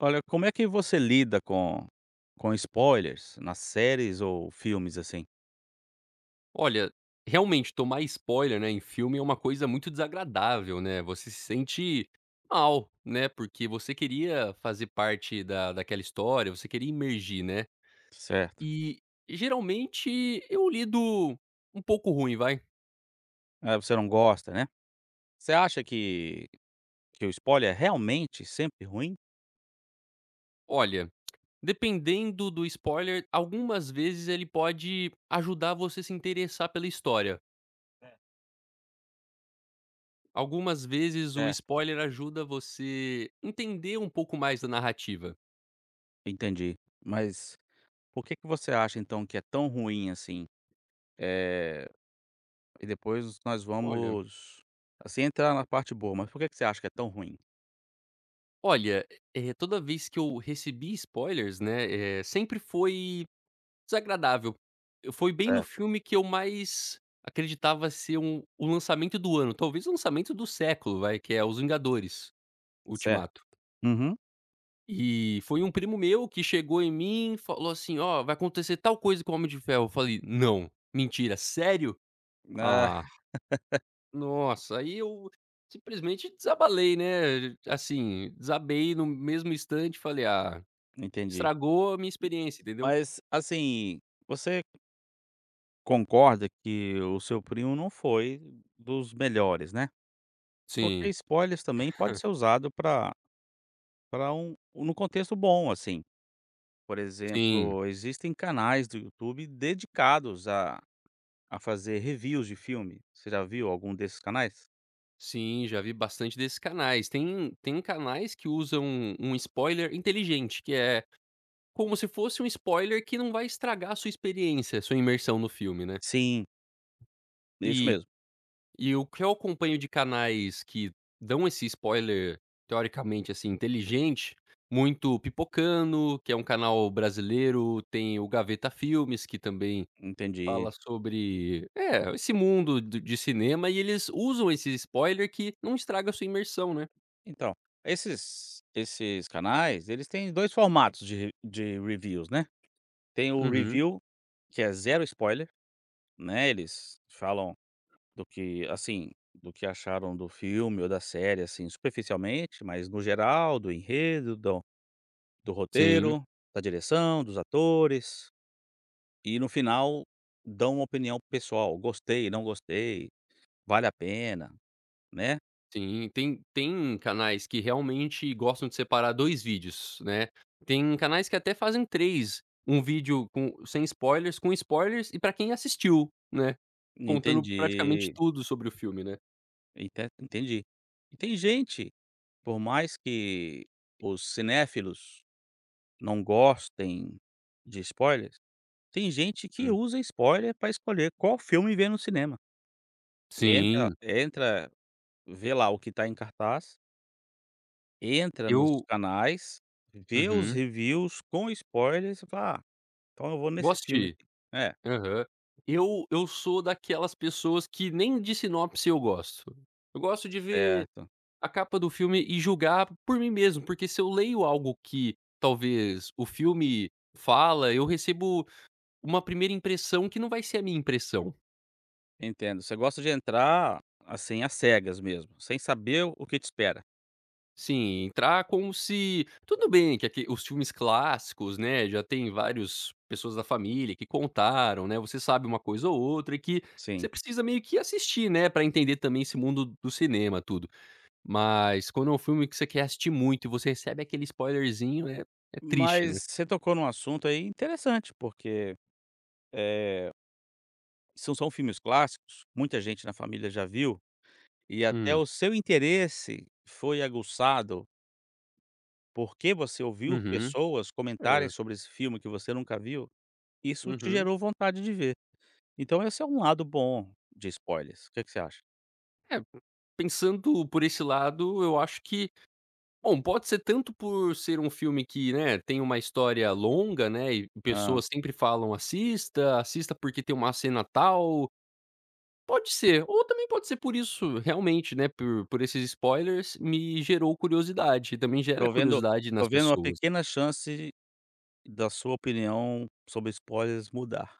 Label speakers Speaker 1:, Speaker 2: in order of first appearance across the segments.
Speaker 1: Olha, como é que você lida com spoilers nas séries ou filmes, assim?
Speaker 2: Olha, realmente tomar spoiler, né, em filme é uma coisa muito desagradável, né, você se sente mal, né, porque você queria fazer parte da daquela história, você queria imergir, né.
Speaker 1: Certo.
Speaker 2: E, geralmente, eu lido um pouco ruim, vai.
Speaker 1: Ah, você não gosta, né. Você acha que o spoiler é realmente sempre ruim?
Speaker 2: Olha, dependendo do spoiler, algumas vezes ele pode ajudar você a se interessar pela história. Algumas vezes o
Speaker 1: É.
Speaker 2: spoiler ajuda você entender um pouco mais da narrativa.
Speaker 1: Entendi. Mas por que que você acha, então, que é tão ruim assim? Eh, e depois nós
Speaker 2: Olha
Speaker 1: vamos, assim, entrar na parte boa, mas por que que você acha que é tão ruim?
Speaker 2: Olha, toda vez que eu recebi spoilers, né, sempre foi desagradável. Foi bem no
Speaker 1: Certo,
Speaker 2: filme que eu mais acreditava ser o lançamento do ano, talvez o lançamento do século, vai, que é Os Vingadores:
Speaker 1: certo.
Speaker 2: Ultimato.
Speaker 1: Uhum.
Speaker 2: E foi um primo meu que chegou em mim e falou assim: "Ó, vai acontecer tal coisa com o Homem de Ferro". Eu falei: "Não, mentira, sério?".
Speaker 1: Ah,
Speaker 2: Ah, nossa, aí eu simplesmente desabalei, né, assim, desabei no mesmo instante, falei: "Ah".
Speaker 1: entendi.
Speaker 2: Estragou a minha experiência, entendeu?
Speaker 1: Mas, assim, você concorda que o seu primo não foi dos melhores, né. Porque
Speaker 2: Sim,
Speaker 1: spoilers também pode ser usado para um no contexto bom, assim. Por
Speaker 2: sim.
Speaker 1: exemplo, existem canais do YouTube dedicados a fazer reviews de filme. Você já viu algum desses canais?
Speaker 2: Sim, já vi bastante desses canais. Tem canais que usam um spoiler inteligente, que é como se fosse um spoiler que não vai estragar a sua experiência, a sua imersão no filme, né.
Speaker 1: Sim, isso
Speaker 2: E
Speaker 1: mesmo.
Speaker 2: e o que eu acompanho de canais que dão esse spoiler, teoricamente, assim, inteligente, muito Pipocano, que é um canal brasileiro, tem o Gaveta Filmes, que também
Speaker 1: Entendi.
Speaker 2: fala sobre esse mundo do de cinema e eles usam esse spoiler que não estraga a sua imersão, né.
Speaker 1: Então, esses canais, eles têm 2 formatos de re de reviews, né. Tem o
Speaker 2: Uhum.
Speaker 1: review, que é zero spoiler, né, eles falam do que assim, do que acharam do filme ou da série, assim, superficialmente, mas no geral, do enredo, do
Speaker 2: Sim,
Speaker 1: roteiro, da direção, dos atores, e no final dão uma opinião pessoal, gostei, não gostei, vale a pena, né.
Speaker 2: sim. Tem canais que realmente gostam de separar 2 vídeos, né. Tem canais que até fazem três, um vídeo com sem spoilers, com spoilers e pra quem assistiu, né, contando praticamente
Speaker 1: Entendi,
Speaker 2: tudo sobre o filme, né.
Speaker 1: entendi. E tem gente, por mais que os cinéfilos não gostem de spoilers, tem gente que
Speaker 2: Hum.
Speaker 1: usa spoiler para escolher qual filme ver no cinema. Entra
Speaker 2: Sim,
Speaker 1: entra, vê lá o que tá em cartaz, entra nos
Speaker 2: eu
Speaker 1: canais, vê os
Speaker 2: uhum.
Speaker 1: reviews com spoilers e fala: "Ah, então eu vou
Speaker 2: Vou
Speaker 1: nesse filme
Speaker 2: assistir.
Speaker 1: aqui". É,
Speaker 2: Aham. Eu sou daquelas pessoas que nem de sinopse eu gosto. Eu gosto de ver
Speaker 1: certo,
Speaker 2: a capa do filme e julgar por mim mesmo, porque se eu leio algo que talvez o filme fala, eu recebo uma primeira impressão que não vai ser a minha impressão.
Speaker 1: entendo. Você gosta de entrar, assim, às cegas mesmo, sem saber o que te espera.
Speaker 2: Sim, entrar como se tudo bem que aque os filmes clássicos, né, já tem vários pessoas da família que contaram, né, você sabe uma coisa ou outra e que você
Speaker 1: Sim.
Speaker 2: precisa meio que assistir, né, pra entender também esse mundo do cinema, tudo. Mas quando é um filme que você quer assistir muito e você recebe aquele spoilerzinho, é triste, né.
Speaker 1: Mas você tocou num assunto aí interessante, porque são filmes clássicos, muita gente na família já viu, e até
Speaker 2: Hum.
Speaker 1: o seu interesse foi aguçado. Porque você ouviu
Speaker 2: Uhum.
Speaker 1: pessoas comentarem
Speaker 2: É.
Speaker 1: sobre esse filme que você nunca viu, isso te
Speaker 2: Uhum.
Speaker 1: gerou vontade de ver. Então esse é um lado bom de spoilers. O que é que você acha?
Speaker 2: É, pensando por esse lado, eu acho que bom, pode ser tanto por ser um filme que, né, tem uma história longa, né, e
Speaker 1: Hã,
Speaker 2: pessoas sempre falam: "Assista, assista porque tem uma cena tal". Pode ser, ou também pode ser por isso realmente, né, por esses spoilers me gerou curiosidade, também gera
Speaker 1: tô vendo
Speaker 2: curiosidade nas
Speaker 1: tô vendo uma
Speaker 2: pessoas.
Speaker 1: pequena chance da sua opinião sobre spoilers mudar.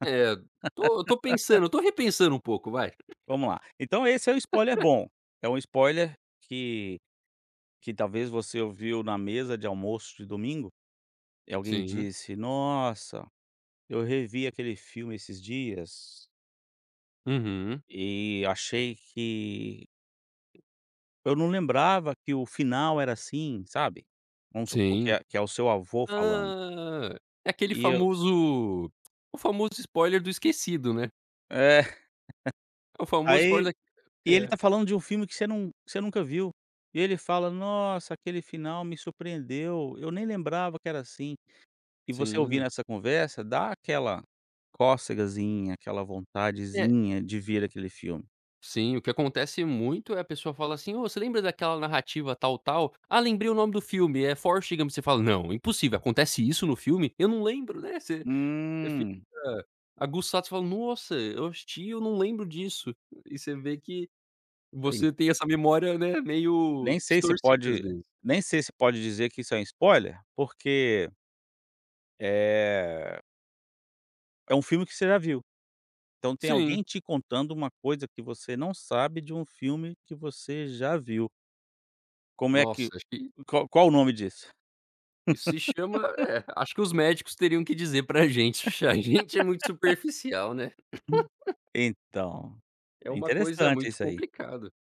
Speaker 2: É, tô pensando, tô repensando um pouco, vai.
Speaker 1: Vamos lá. Então esse é um spoiler bom. É um spoiler que que talvez você ouviu na mesa de almoço de domingo, e alguém
Speaker 2: Sim.
Speaker 1: disse: "Nossa, eu revi aquele filme esses dias
Speaker 2: Uhum.
Speaker 1: e achei que" Eu não lembrava que o final era assim, sabe. Vamos supor que
Speaker 2: Sim.
Speaker 1: é o seu avô falando.
Speaker 2: Hã, é aquele
Speaker 1: E eu
Speaker 2: famoso, o famoso spoiler do esquecido, né.
Speaker 1: é,
Speaker 2: É o famoso
Speaker 1: aí
Speaker 2: spoiler da
Speaker 1: e ele
Speaker 2: é.
Speaker 1: tá falando de um filme que você não que você nunca viu. E ele fala: "Nossa, aquele final me surpreendeu, eu nem lembrava que era assim". E você ouvindo
Speaker 2: Sim.
Speaker 1: essa conversa, dá aquela cócegazinha, aquela
Speaker 2: É,
Speaker 1: vontadezinha de ver aquele filme.
Speaker 2: sim, o que acontece muito é a pessoa fala assim: "Ô, você lembra daquela narrativa tal, tal? Ah, lembrei o nome do filme, é Forrest Gump". Você fala: "Não, impossível, acontece isso no filme? Eu não lembro", né. Você fica
Speaker 1: Hum,
Speaker 2: aguçado, você fala: "Nossa, eu assisti eu não lembro disso". E você vê que
Speaker 1: en
Speaker 2: você tem essa memória, né,
Speaker 1: nem
Speaker 2: meio
Speaker 1: sei se
Speaker 2: distorcida às
Speaker 1: pode
Speaker 2: vezes.
Speaker 1: nem sei se pode dizer que isso é um spoiler, porque, eh, é um filme que você já viu. Então tem
Speaker 2: Sim.
Speaker 1: alguém te contando uma coisa que você não sabe de um filme que você já viu. Como é que
Speaker 2: Nossa, acho que
Speaker 1: qual o nome disso?
Speaker 2: isso se chama é, acho que os médicos teriam que dizer pra gente. A gente é muito superficial, né.
Speaker 1: Então,
Speaker 2: É
Speaker 1: é
Speaker 2: uma coisa
Speaker 1: interessante
Speaker 2: muito
Speaker 1: isso aí.
Speaker 2: complicada.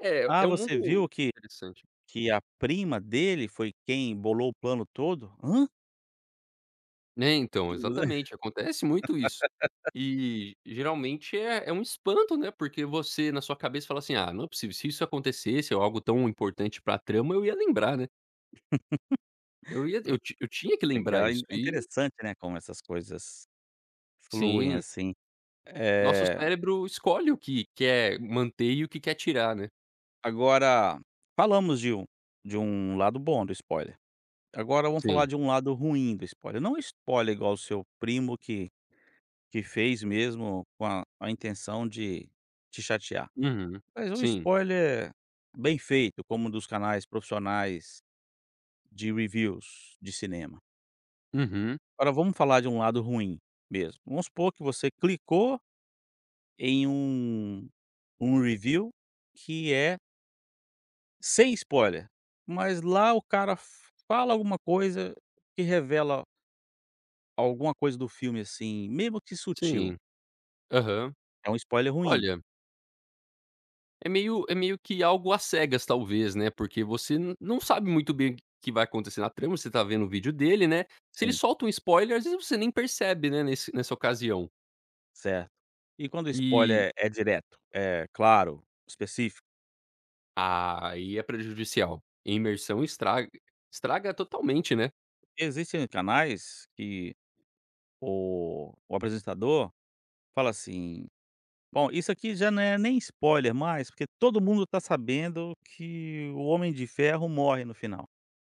Speaker 2: É, é
Speaker 1: "Ah,
Speaker 2: um
Speaker 1: você
Speaker 2: mundo
Speaker 1: viu que
Speaker 2: interessante.
Speaker 1: que a prima dele foi quem bolou o plano todo?" "Hã?"
Speaker 2: É, então, exatamente, acontece muito isso. E geralmente é um espanto, né, porque você na sua cabeça fala assim: "Ah, não é possível, se isso acontecesse ou algo tão importante pra trama, eu ia lembrar, né. Eu ia eu ti eu tinha que lembrar
Speaker 1: Legal,
Speaker 2: isso".
Speaker 1: é
Speaker 2: E
Speaker 1: interessante, né, como essas coisas fluem,
Speaker 2: sim.
Speaker 1: assim.
Speaker 2: Nosso
Speaker 1: É,
Speaker 2: cérebro escolhe o que quer manter e o que quer tirar, né.
Speaker 1: agora falamos de um lado bom do spoiler. Agora vamos falar
Speaker 2: Sim.
Speaker 1: de um lado ruim do spoiler. Não spoiler igual o seu primo que fez mesmo com a intenção de te chatear.
Speaker 2: Uhum.
Speaker 1: Mas um
Speaker 2: Sim.
Speaker 1: spoiler bem feito, como um dos canais profissionais de reviews de cinema.
Speaker 2: Uhum.
Speaker 1: Agora vamos falar de um lado ruim mesmo. Vamos supor que você clicou em um review que é sem spoiler, mas lá o cara fala alguma coisa que revela alguma coisa do filme, assim, mesmo que sutil.
Speaker 2: Sim. Aham.
Speaker 1: É um spoiler ruim.
Speaker 2: Olha, é meio que algo às cegas talvez, né, porque você n não sabe muito bem o que vai acontecer na trama, você tá vendo o vídeo dele, né. Se ele
Speaker 1: Sim.
Speaker 2: solta um spoiler, às vezes você nem percebe, né, nesse nessa ocasião.
Speaker 1: Certo. E quando o
Speaker 2: E
Speaker 1: spoiler é direto, é claro, específico,
Speaker 2: aí é prejudicial. Imersão estraga totalmente, né.
Speaker 1: existem canais que o apresentador fala assim: "Bom, isso aqui já não é nem spoiler mais, porque todo mundo está sabendo que o Homem de Ferro morre no final".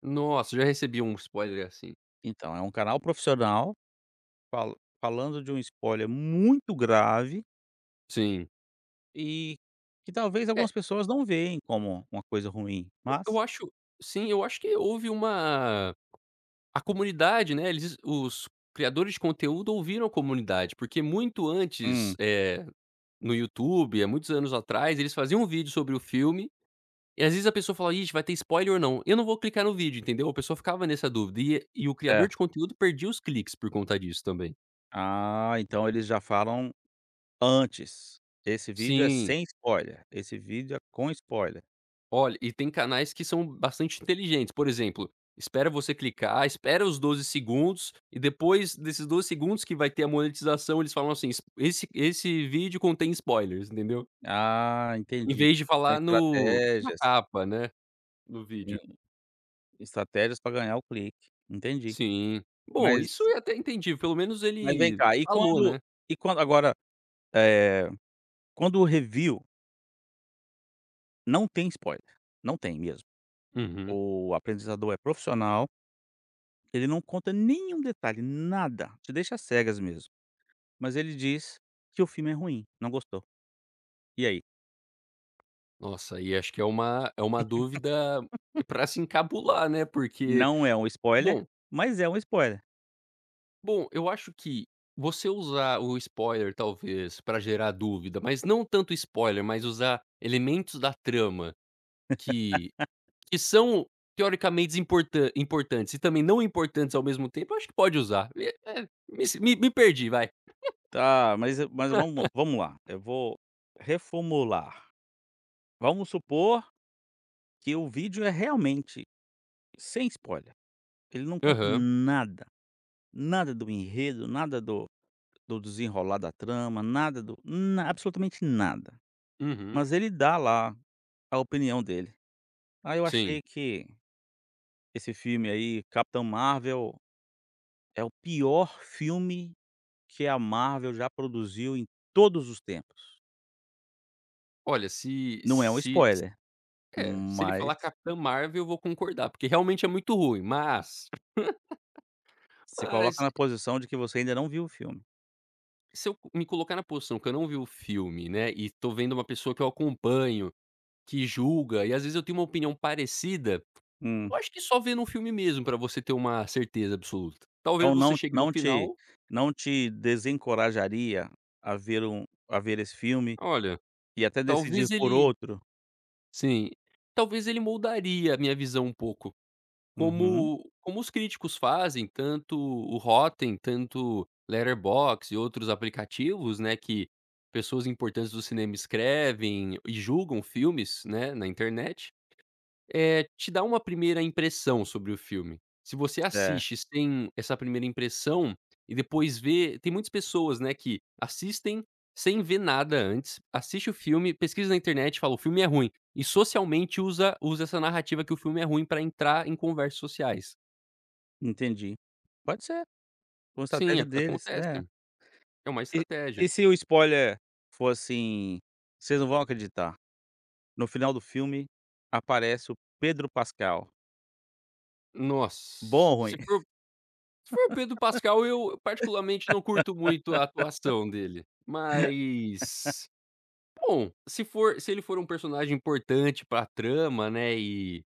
Speaker 2: Nossa, já recebi um spoiler assim.
Speaker 1: Então é um canal profissional fal falando de um spoiler muito grave
Speaker 2: Sim.
Speaker 1: e que talvez
Speaker 2: É
Speaker 1: algumas pessoas não veem como uma coisa ruim,
Speaker 2: eu
Speaker 1: mas
Speaker 2: acho, sim, eu acho que houve uma, a comunidade, né, eles os criadores de conteúdo ouviram a comunidade, porque muito antes,
Speaker 1: Hum,
Speaker 2: no YouTube, há muitos anos atrás, eles faziam um vídeo sobre o filme, e às vezes a pessoa falava: "Ixi, vai ter spoiler ou não? Eu não vou clicar no vídeo", entendeu? A pessoa ficava nessa dúvida, e o criador de
Speaker 1: certo.
Speaker 2: conteúdo perdia os cliques por conta disso também.
Speaker 1: Ah, então eles já falam antes. Esse vídeo é
Speaker 2: Sim.
Speaker 1: sem spoiler, esse vídeo é com spoiler.
Speaker 2: Olha, e tem canais que são bastante inteligentes, por exemplo, espera você clicar, espera os 12 segundos e depois desses 12 segundos que vai ter a monetização, eles falam assim: "Es esse vídeo contém spoilers", entendeu?
Speaker 1: Ah,
Speaker 2: Em
Speaker 1: entendi.
Speaker 2: vez de
Speaker 1: São
Speaker 2: falar na
Speaker 1: estratégias,
Speaker 2: capa, né, no vídeo.
Speaker 1: sim, estratégias para ganhar o clique, entendi.
Speaker 2: Sim. Bom,
Speaker 1: Mas
Speaker 2: isso é até entendível, pelo menos
Speaker 1: mas vem
Speaker 2: ele
Speaker 1: cá, e
Speaker 2: falou,
Speaker 1: quando
Speaker 2: né.
Speaker 1: agora, eh, quando o review não tem spoiler, não tem mesmo,
Speaker 2: Uhum.
Speaker 1: o apresentador é profissional, ele não conta nenhum detalhe, nada, te deixa às cegas mesmo, mas ele diz que o filme é ruim, não gostou. E aí?
Speaker 2: Nossa, e acho que é uma, é uma dúvida pra se encabular, né, porque
Speaker 1: Não é um spoiler,
Speaker 2: bom
Speaker 1: mas é um spoiler.
Speaker 2: bom, eu acho que você usar o spoiler, talvez, pra gerar dúvida, mas não tanto spoiler, mas usar elementos da trama que que são teoricamente desimportan importantes e também não importantes ao mesmo tempo, eu acho que pode usar. Me perdi, vai.
Speaker 1: Tá, mas mas vamos lá, eu vou reformular. Vamos supor que o vídeo é realmente sem spoiler, ele não conta
Speaker 2: Aham.
Speaker 1: nada, nada do enredo, nada do desenrolar da trama, nada do na absolutamente nada,
Speaker 2: Uhum.
Speaker 1: mas ele dá lá a opinião dele. Aí eu
Speaker 2: Sim.
Speaker 1: achei que esse filme aí, Capitão Marvel, é o pior filme que a Marvel já produziu em todos os tempos.
Speaker 2: Olha, se
Speaker 1: Não é um
Speaker 2: se se
Speaker 1: spoiler,
Speaker 2: é, se ele
Speaker 1: mas
Speaker 2: falar Capitã Marvel, eu vou concordar, porque realmente é muito ruim, mas
Speaker 1: se coloca
Speaker 2: mas
Speaker 1: na posição de que você ainda não viu o filme.
Speaker 2: se eu me colocar na posição que eu não vi o filme, né, e tô vendo uma pessoa que eu acompanho, que julga, e às vezes eu tenho uma opinião parecida,
Speaker 1: Hum.
Speaker 2: eu acho que só vendo um filme mesmo pra você ter uma certeza absoluta. Talvez
Speaker 1: Então
Speaker 2: você
Speaker 1: não
Speaker 2: chegue no
Speaker 1: não te
Speaker 2: final,
Speaker 1: desencorajaria a ver um a ver esse filme
Speaker 2: olha,
Speaker 1: e até decidir
Speaker 2: talvez
Speaker 1: por
Speaker 2: ele
Speaker 1: outro?
Speaker 2: sim, talvez ele moldaria a minha visão um pouco,
Speaker 1: Uhum.
Speaker 2: como os críticos fazem, tanto o Rotten, tanto Letterboxd e outros aplicativos, né, que pessoas importantes do cinema escrevem e julgam filmes, né, na internet. Eh, te dá uma primeira impressão sobre o filme. Se você
Speaker 1: É,
Speaker 2: assiste sem essa primeira impressão e depois vê, tem muitas pessoas, né, que assistem sem ver nada antes, assiste o filme, pesquisa na internet, fala: "O filme é ruim", e socialmente usa essa narrativa que o filme é ruim pra entrar em conversas sociais.
Speaker 1: entendi. Pode ser, uma
Speaker 2: Sim,
Speaker 1: estratégia
Speaker 2: ac
Speaker 1: deles, é.
Speaker 2: acontece, é uma
Speaker 1: E
Speaker 2: estratégia.
Speaker 1: e se o spoiler for assim, vocês não vão acreditar, no final do filme aparece o Pedro Pascal. Bom
Speaker 2: Nossa,
Speaker 1: ou ruim?
Speaker 2: se for o Pedro Pascal, eu particularmente não curto muito a atuação dele, mas bom, se ele for um personagem importante pra trama, né,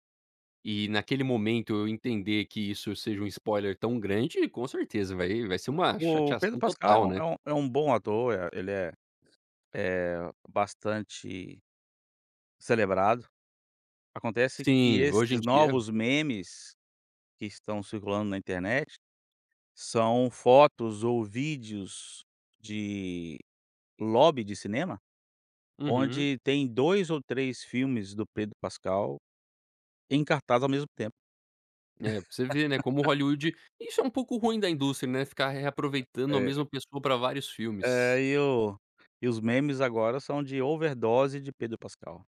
Speaker 2: e naquele momento eu entender que isso seja um spoiler tão grande, com certeza vai ser uma
Speaker 1: O
Speaker 2: chateação
Speaker 1: Pedro Pascal é
Speaker 2: total, né.
Speaker 1: um bom ator, ele é é bastante celebrado. Acontece que
Speaker 2: Sim, hoje em
Speaker 1: esses
Speaker 2: dia
Speaker 1: novos memes que estão circulando na internet são fotos ou vídeos de lobby de cinema,
Speaker 2: uhum.
Speaker 1: onde tem 2 ou 3 filmes do Pedro Pascal em cartaz ao mesmo tempo.
Speaker 2: É, pra você ver, né, como Hollywood isso é um pouco ruim da indústria, né, ficar reaproveitando a
Speaker 1: É,
Speaker 2: mesma pessoa pra vários filmes.
Speaker 1: e o e os memes agora são de overdose de Pedro Pascal.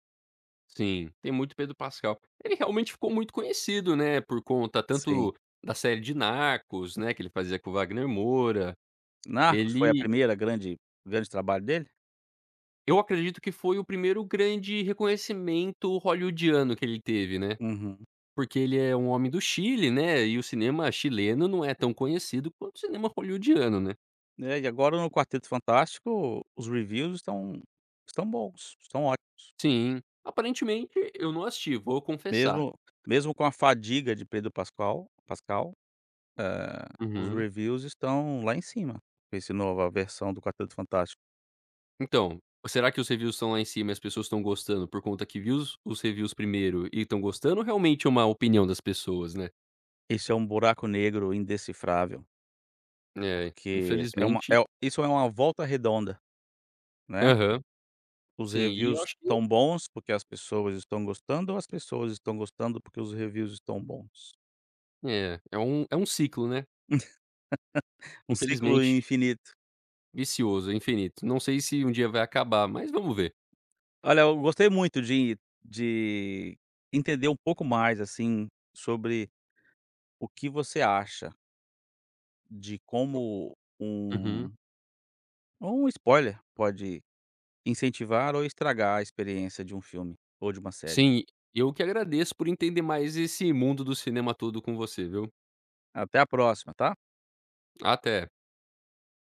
Speaker 2: Sim, tem muito Pedro Pascal. Ele realmente ficou muito conhecido, né, por conta
Speaker 1: Sim.
Speaker 2: tanto da série de Narcos, né, que ele fazia com o Wagner Moura,
Speaker 1: Narcos foi a
Speaker 2: ele
Speaker 1: primeira grande trabalho dele?
Speaker 2: eu acredito que foi o primeiro grande reconhecimento hollywoodiano que ele teve, né,
Speaker 1: Uhum.
Speaker 2: porque ele é um homem do Chile, né, e o cinema chileno não é tão conhecido quanto o cinema hollywoodiano, né.
Speaker 1: É, e agora no Quarteto Fantástico os reviews estão estão bons, estão
Speaker 2: Sim, aparentemente eu não assisti, vou confessar.
Speaker 1: Mesmo mesmo com a fadiga de Pedro Pascal, Pascal, eh, os
Speaker 2: Uhum.
Speaker 1: reviews estão lá em cima, esse nova versão do Quarteto Fantástico.
Speaker 2: Então, será que os reviews estão lá em cima e as pessoas estão gostando por conta que viu os reviews primeiro e estão gostando ou realmente é uma opinião das pessoas, né.
Speaker 1: Esse é um buraco negro indecifrável,
Speaker 2: É,
Speaker 1: porque é uma
Speaker 2: infelizmente.
Speaker 1: é isso é uma volta redonda, né.
Speaker 2: Aham.
Speaker 1: Os
Speaker 2: Sim, e eu
Speaker 1: reviews
Speaker 2: acho que
Speaker 1: estão bons, porque as pessoas estão gostando, ou as pessoas estão gostando porque os reviews estão bons?
Speaker 2: é, é um ciclo, né,
Speaker 1: Um ciclo
Speaker 2: infelizmente.
Speaker 1: infinito.
Speaker 2: Vicioso, é infinito. Não sei se um dia vai acabar, mas vamos ver.
Speaker 1: Olha, eu gostei muito de de entender um pouco mais, assim, sobre o que você acha de como
Speaker 2: Uhum.
Speaker 1: um um spoiler pode incentivar ou estragar a experiência de um filme ou de uma série.
Speaker 2: Sim, eu que agradeço por entender mais esse mundo do cinema todo com você, viu.
Speaker 1: Até a próxima, tá?
Speaker 2: Até.